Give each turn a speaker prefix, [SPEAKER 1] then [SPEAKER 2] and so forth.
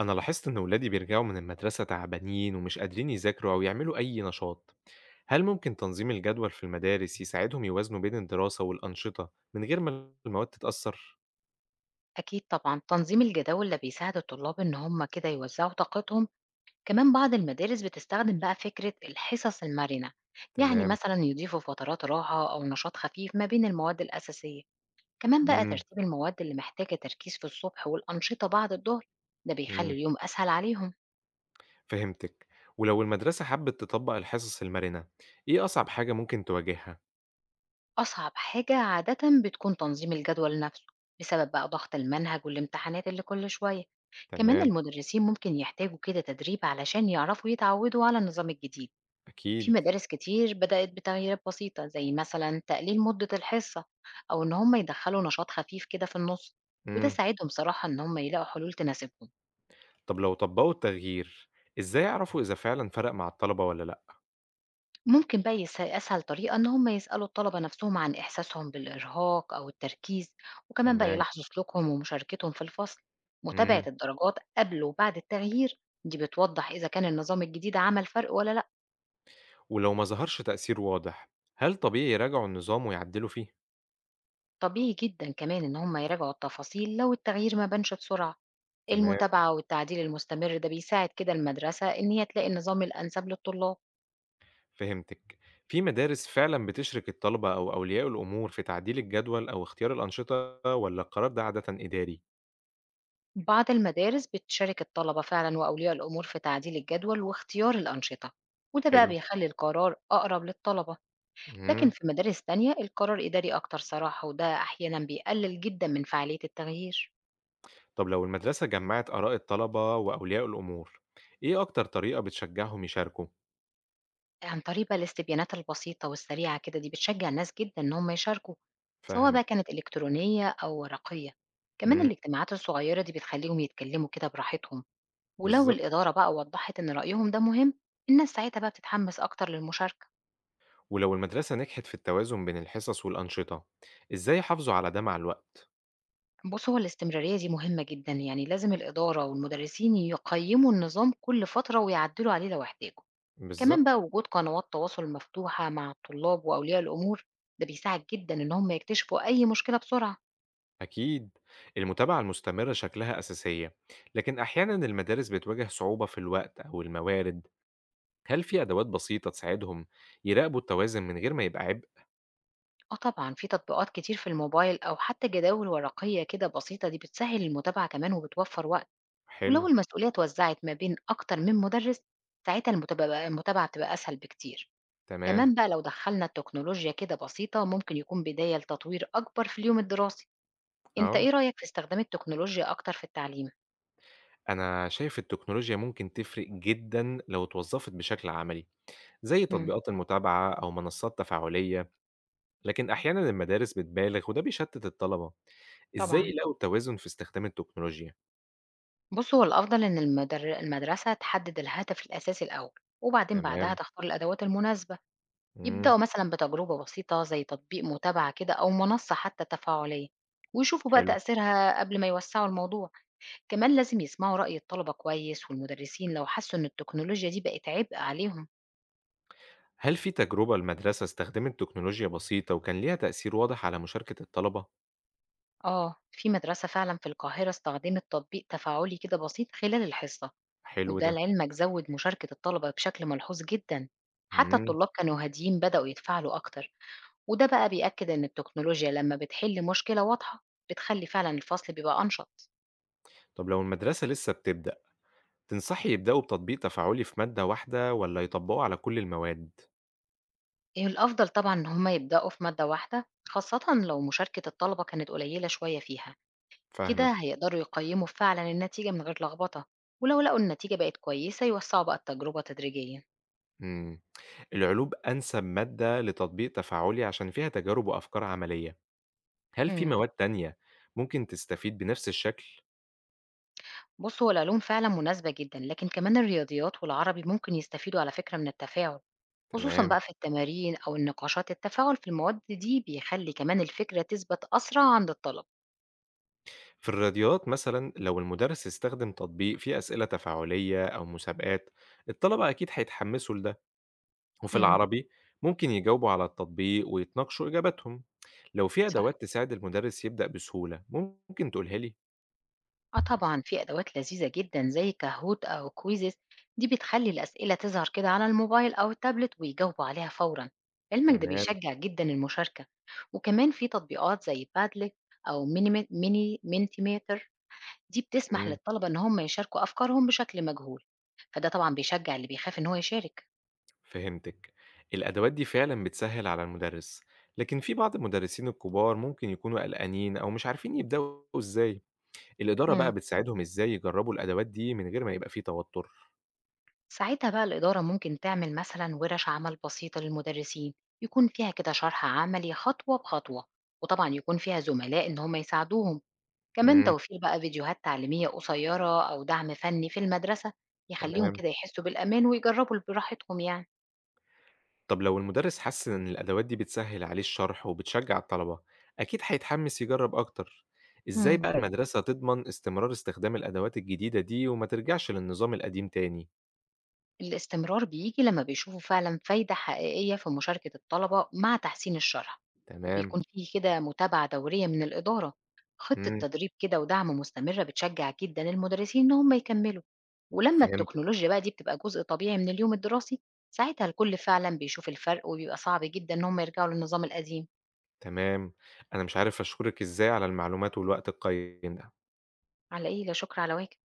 [SPEAKER 1] أنا لاحظت إن ولادي بيرجعوا من المدرسة تعبانين ومش قادرين يذاكروا أو يعملوا أي نشاط، هل ممكن تنظيم الجدول في المدارس يساعدهم يوازنوا بين الدراسة والأنشطة من غير ما المواد تتأثر؟
[SPEAKER 2] أكيد طبعا، تنظيم الجداول ده بيساعد الطلاب إن هم كده يوزعوا طاقتهم. كمان بعض المدارس بتستخدم بقى فكرة الحصص المرنة، يعني
[SPEAKER 1] تمام.
[SPEAKER 2] مثلا يضيفوا فترات راحة أو نشاط خفيف ما بين المواد الأساسية. كمان بقى
[SPEAKER 1] إمم،
[SPEAKER 2] ترتيب المواد اللي محتاجة تركيز في الصبح والأنشطة بعد الظهر، ده بيخلي
[SPEAKER 1] إمم،
[SPEAKER 2] اليوم أسهل عليهم.
[SPEAKER 1] فهمتِك. ولو المدرسة حبت تطبق الحصص المرنة، إيه أصعب حاجة ممكن تواجهها؟
[SPEAKER 2] أصعب حاجة عادة بتكون تنظيم الجدول نفسه، بسبب بقى ضغط المنهج والامتحانات اللي كل شوية. كمان
[SPEAKER 1] تمام.
[SPEAKER 2] المدرسين ممكن يحتاجوا كده تدريب علشان يعرفوا يتعودوا على النظام الجديد. في
[SPEAKER 1] أكيد.
[SPEAKER 2] مدارس كتير بدأت بتغييرات بسيطة، زي مثلا تقليل مدة الحصة أو إن هم يدخلوا نشاط خفيف كده في النص، وده
[SPEAKER 1] إمم،
[SPEAKER 2] ساعدهم صراحة إن هم يلاقوا حلول تناسبهم.
[SPEAKER 1] طب لو طبقوا التغيير، إزاي يعرفوا إذا فعلًا فرق مع الطلبة والّا لأ؟
[SPEAKER 2] ممكن بقى أسهل طريقة إن هم يسألوا الطلبة نفسهم عن إحساسهم بالإرهاق أو التركيز، وكمان بقى
[SPEAKER 1] تمام.
[SPEAKER 2] يلاحظوا سلوكهم ومشاركتهم في الفصل. متابعة
[SPEAKER 1] إمم.
[SPEAKER 2] الدرجات قبل وبعد التغيير دي بتوضح إذا كان النظام الجديد عمل فرق ولا لأ.
[SPEAKER 1] ولو ما ظهرش تأثير واضح، هل طبيعي يراجعوا النظام ويعدلوا فيه؟
[SPEAKER 2] طبيعي جدًا كمان إن هم يراجعوا التفاصيل لو التغيير ما بانش بسرعة،
[SPEAKER 1] تمام.
[SPEAKER 2] المتابعة والتعديل المستمر ده بيساعد كده المدرسة إن هي تلاقي النظام الأنسب للطلاب.
[SPEAKER 1] فهمتِك. في مدارس فعلًا بتشرك الطلبة أو أولياء الأمور في تعديل الجدول أو اختيار الأنشطة والّا القرار ده عادةً إداري؟
[SPEAKER 2] بعض المدارس بتشارك الطلبة فعلًا وأولياء الأمور في تعديل الجدول واختيار الأنشطة، وده بقى
[SPEAKER 1] حلو.
[SPEAKER 2] بيخلي القرار أقرب للطلبة. لكن
[SPEAKER 1] إمم.
[SPEAKER 2] في مدارس تانية القرار إداري أكتر صراحة، وده أحيانًا بيقلل جدًا من فعالية التغيير.
[SPEAKER 1] طب لو المدرسة جمعت آراء الطلبة وأولياء الأمور، إيه أكتر طريقة بتشجعهم يشاركوا؟
[SPEAKER 2] عن طريق بقى الاستبيانات البسيطة والسريعة كده دي بتشجع الناس جدًا إن هم يشاركوا، سواء بقى
[SPEAKER 1] فاهمِك.
[SPEAKER 2] كانت إلكترونية أو ورقية. كمان
[SPEAKER 1] إمم،
[SPEAKER 2] الاجتماعات الصغيرة دي بتخليهم يتكلموا كده براحتهم، ولو
[SPEAKER 1] بالضبط.
[SPEAKER 2] الإدارة بقى وضحت إن رأيهم ده مهم، الناس ساعتها بقى بتتحمس أكتر للمشاركة.
[SPEAKER 1] ولو المدرسة نجحت في التوازن بين الحصص والأنشطة، إزاي يحافظوا على ده مع الوقت؟
[SPEAKER 2] بُص، هو الاستمرارية دي مهمة جدًا، يعني لازم الإدارة والمدرسين يقيموا النظام كل فترة ويعدلوا عليه لو احتاجوا. كمان
[SPEAKER 1] بالضبط.
[SPEAKER 2] بقى وجود قنوات تواصل مفتوحة مع الطلاب وأولياء الأمور، ده بيساعد جدًا إن هم يكتشفوا أي مشكلة بسرعة.
[SPEAKER 1] أكيد، المتابعة المستمرة شكلها أساسية، لكن أحيانا المدارس بتواجه صعوبة في الوقت أو الموارد. هل في أدوات بسيطة تساعدهم يراقبوا التوازن من غير ما يبقى عبء؟
[SPEAKER 2] آه طبعًا، في تطبيقات كتير في الموبايل أو حتى جداول ورقية كده بسيطة، دي بتسهّل المتابعة كمان وبتوفّر وقت.
[SPEAKER 1] حلو.
[SPEAKER 2] ولو المسؤولية اتوزّعت ما بين أكتر من مُدرِّس، ساعتها المتابعة بتبقى أسهل بكتير.
[SPEAKER 1] تمام.
[SPEAKER 2] كمان بقى لو دخّلنا التكنولوجيا كده بسيطة، ممكن يكون بداية لتطوير أكبر في اليوم الدراسي. أنت إيه
[SPEAKER 1] أه،
[SPEAKER 2] رأيك في استخدام التكنولوجيا أكتر في التعليم؟
[SPEAKER 1] أنا شايف التكنولوجيا ممكن تفرق جدا لو اتوظفت بشكل عملي، زي
[SPEAKER 2] إمم،
[SPEAKER 1] تطبيقات المتابعة أو منصات تفاعلية، لكن أحيانا المدارس بتبالغ وده بيشتت الطلبة. إزاي
[SPEAKER 2] طبعًا.
[SPEAKER 1] يلاقوا التوازن في استخدام التكنولوجيا؟
[SPEAKER 2] بُص، هو الأفضل إن المدرسة تحدد الهدف الأساسي الأول، وبعدين بعدها
[SPEAKER 1] تمام.
[SPEAKER 2] تختار الأدوات المناسبة.
[SPEAKER 1] مم.
[SPEAKER 2] يبدأوا مثلا بتجربة بسيطة زي تطبيق متابعة كده أو منصة حتى تفاعلية، ويشوفوا بقى
[SPEAKER 1] حلو،
[SPEAKER 2] تأثيرها قبل ما يوسعوا الموضوع. كمان لازم يسمعوا رأي الطلبة كويس والمدرسين، لو حسوا إن التكنولوجيا دي بقت عبء عليهم.
[SPEAKER 1] هل في تجربة المدرسة استخدمت تكنولوجيا بسيطة وكان ليها تأثير واضح على مشاركة الطلبة؟
[SPEAKER 2] آه، في مدرسة فعلا في القاهرة استخدمت تطبيق تفاعلي كده بسيط خلال الحصة،
[SPEAKER 1] حلو
[SPEAKER 2] وده
[SPEAKER 1] ده.
[SPEAKER 2] لعلمك زود مشاركة الطلبة بشكل ملحوظ جدا. حتى
[SPEAKER 1] إمم،
[SPEAKER 2] الطلاب كانوا هاديين بدأوا يتفاعلوا أكتر، وده بقى بيأكد إن التكنولوجيا لما بتحل مشكلة واضحة بتخلي فعلا الفصل بيبقى أنشط.
[SPEAKER 1] طب لو المدرسة لسه بتبدأ، تنصحي يبدأوا بتطبيق تفاعلي في مادة واحدة والّا يطبقوا على كل المواد؟
[SPEAKER 2] هي الأفضل طبعًا إن هم يبدأوا في مادة واحدة، خاصةً لو مشاركة الطلبة كانت قليلة شوية فيها. كده
[SPEAKER 1] فاهمِك.
[SPEAKER 2] هيقدروا يقيموا فعلًا النتيجة من غير لخبطة، ولو لقوا النتيجة بقت كويسة يوسعوا بقى التجربة تدريجيًا.
[SPEAKER 1] إمم، العلوم أنسب مادة لتطبيق تفاعلي عشان فيها تجارب وأفكار عملية، هل في
[SPEAKER 2] إمم،
[SPEAKER 1] مواد تانية ممكن تستفيد بنفس الشكل؟
[SPEAKER 2] بُص، هو العلوم فعلًا مناسبة جدًا، لكن كمان الرياضيات والعربي ممكن يستفيدوا على فكرة من التفاعل، خصوصًا
[SPEAKER 1] تمام.
[SPEAKER 2] بقى في التمارين أو النقاشات. التفاعل في المواد دي بيخلي كمان الفكرة تثبت أسرع عند الطلبة.
[SPEAKER 1] في الرياضيات مثلًا لو المدرس استخدم تطبيق فيه أسئلة تفاعلية أو مسابقات، الطلبة أكيد هيتحمسوا لده. وفي
[SPEAKER 2] إمم،
[SPEAKER 1] العربي ممكن يجاوبوا على التطبيق ويتناقشوا إجاباتهم. لو في
[SPEAKER 2] صح.
[SPEAKER 1] أدوات تساعد المدرس يبدأ بسهولة ممكن تقولها لي.
[SPEAKER 2] آه طبعًا، في أدوات لذيذة جدًا زي كاهوت أو كويزز، دي بتخلّي الأسئلة تظهر كده على الموبايل أو التابلت ويجاوبوا عليها فورًا. علمك ده
[SPEAKER 1] تمام.
[SPEAKER 2] بيشجع جدًا المشاركة، وكمان في تطبيقات زي بادلت أو مينيمي ميني مينتيميتر، دي بتسمح
[SPEAKER 1] مم.
[SPEAKER 2] للطلبة إن هم يشاركوا أفكارهم بشكل مجهول، فده طبعًا بيشجع اللي بيخاف إن هو يشارك.
[SPEAKER 1] فهمتك، الأدوات دي فعلا بتسهل على المدرس، لكن في بعض المدرسين الكبار ممكن يكونوا قلقانين أو مش عارفين يبدأوا إزاي. الإدارة
[SPEAKER 2] امم.
[SPEAKER 1] بقى بتساعدهم إزاي يجربوا الأدوات دي من غير ما يبقى فيه توتر؟
[SPEAKER 2] ساعتها بقى الإدارة ممكن تعمل مثلًا ورش عمل بسيطة للمدرسين، يكون فيها كده شرح عملي خطوة بخطوة، وطبعًا يكون فيها زملاء إن هم يساعدوهم. كمان
[SPEAKER 1] مم.
[SPEAKER 2] توفير بقى فيديوهات تعليمية قصيرة أو دعم فني في المدرسة يخليهم
[SPEAKER 1] تمام.
[SPEAKER 2] كده يحسوا بالأمان ويجربوا براحتهم يعني.
[SPEAKER 1] طب لو المدرس حس إن الأدوات دي بتسهِّل عليه الشرح وبتشجّع الطلبة، أكيد هيتحمّس يجرّب أكتر. إزاي
[SPEAKER 2] مم.
[SPEAKER 1] بقى فعلًا المدرسة تضمن استمرار استخدام الأدوات الجديدة دي وما ترجعش للنظام القديم تاني؟
[SPEAKER 2] الاستمرار بيجي لما بيشوفوا فعلا فايدة حقيقية في مشاركة الطلبة مع تحسين الشرح،
[SPEAKER 1] تمام.
[SPEAKER 2] وبيكون فيه كده متابعة دورية من الإدارة. خطة
[SPEAKER 1] إمم،
[SPEAKER 2] تدريب كده ودعم مستمرة بتشجع جدا المدرسين إن هم يكملوا، ولما
[SPEAKER 1] فهمتِك.
[SPEAKER 2] التكنولوجيا بقى دي بتبقى جزء طبيعي من اليوم الدراسي، ساعتها الكل فعلا بيشوف الفرق وبيبقى صعب جدا إن هم يرجعوا للنظام القديم.
[SPEAKER 1] تمام. أنا مش عارف أشكرِك إزاي على المعلومات والوقت القيّم ده.
[SPEAKER 2] على إيه، لا شكر على واجب.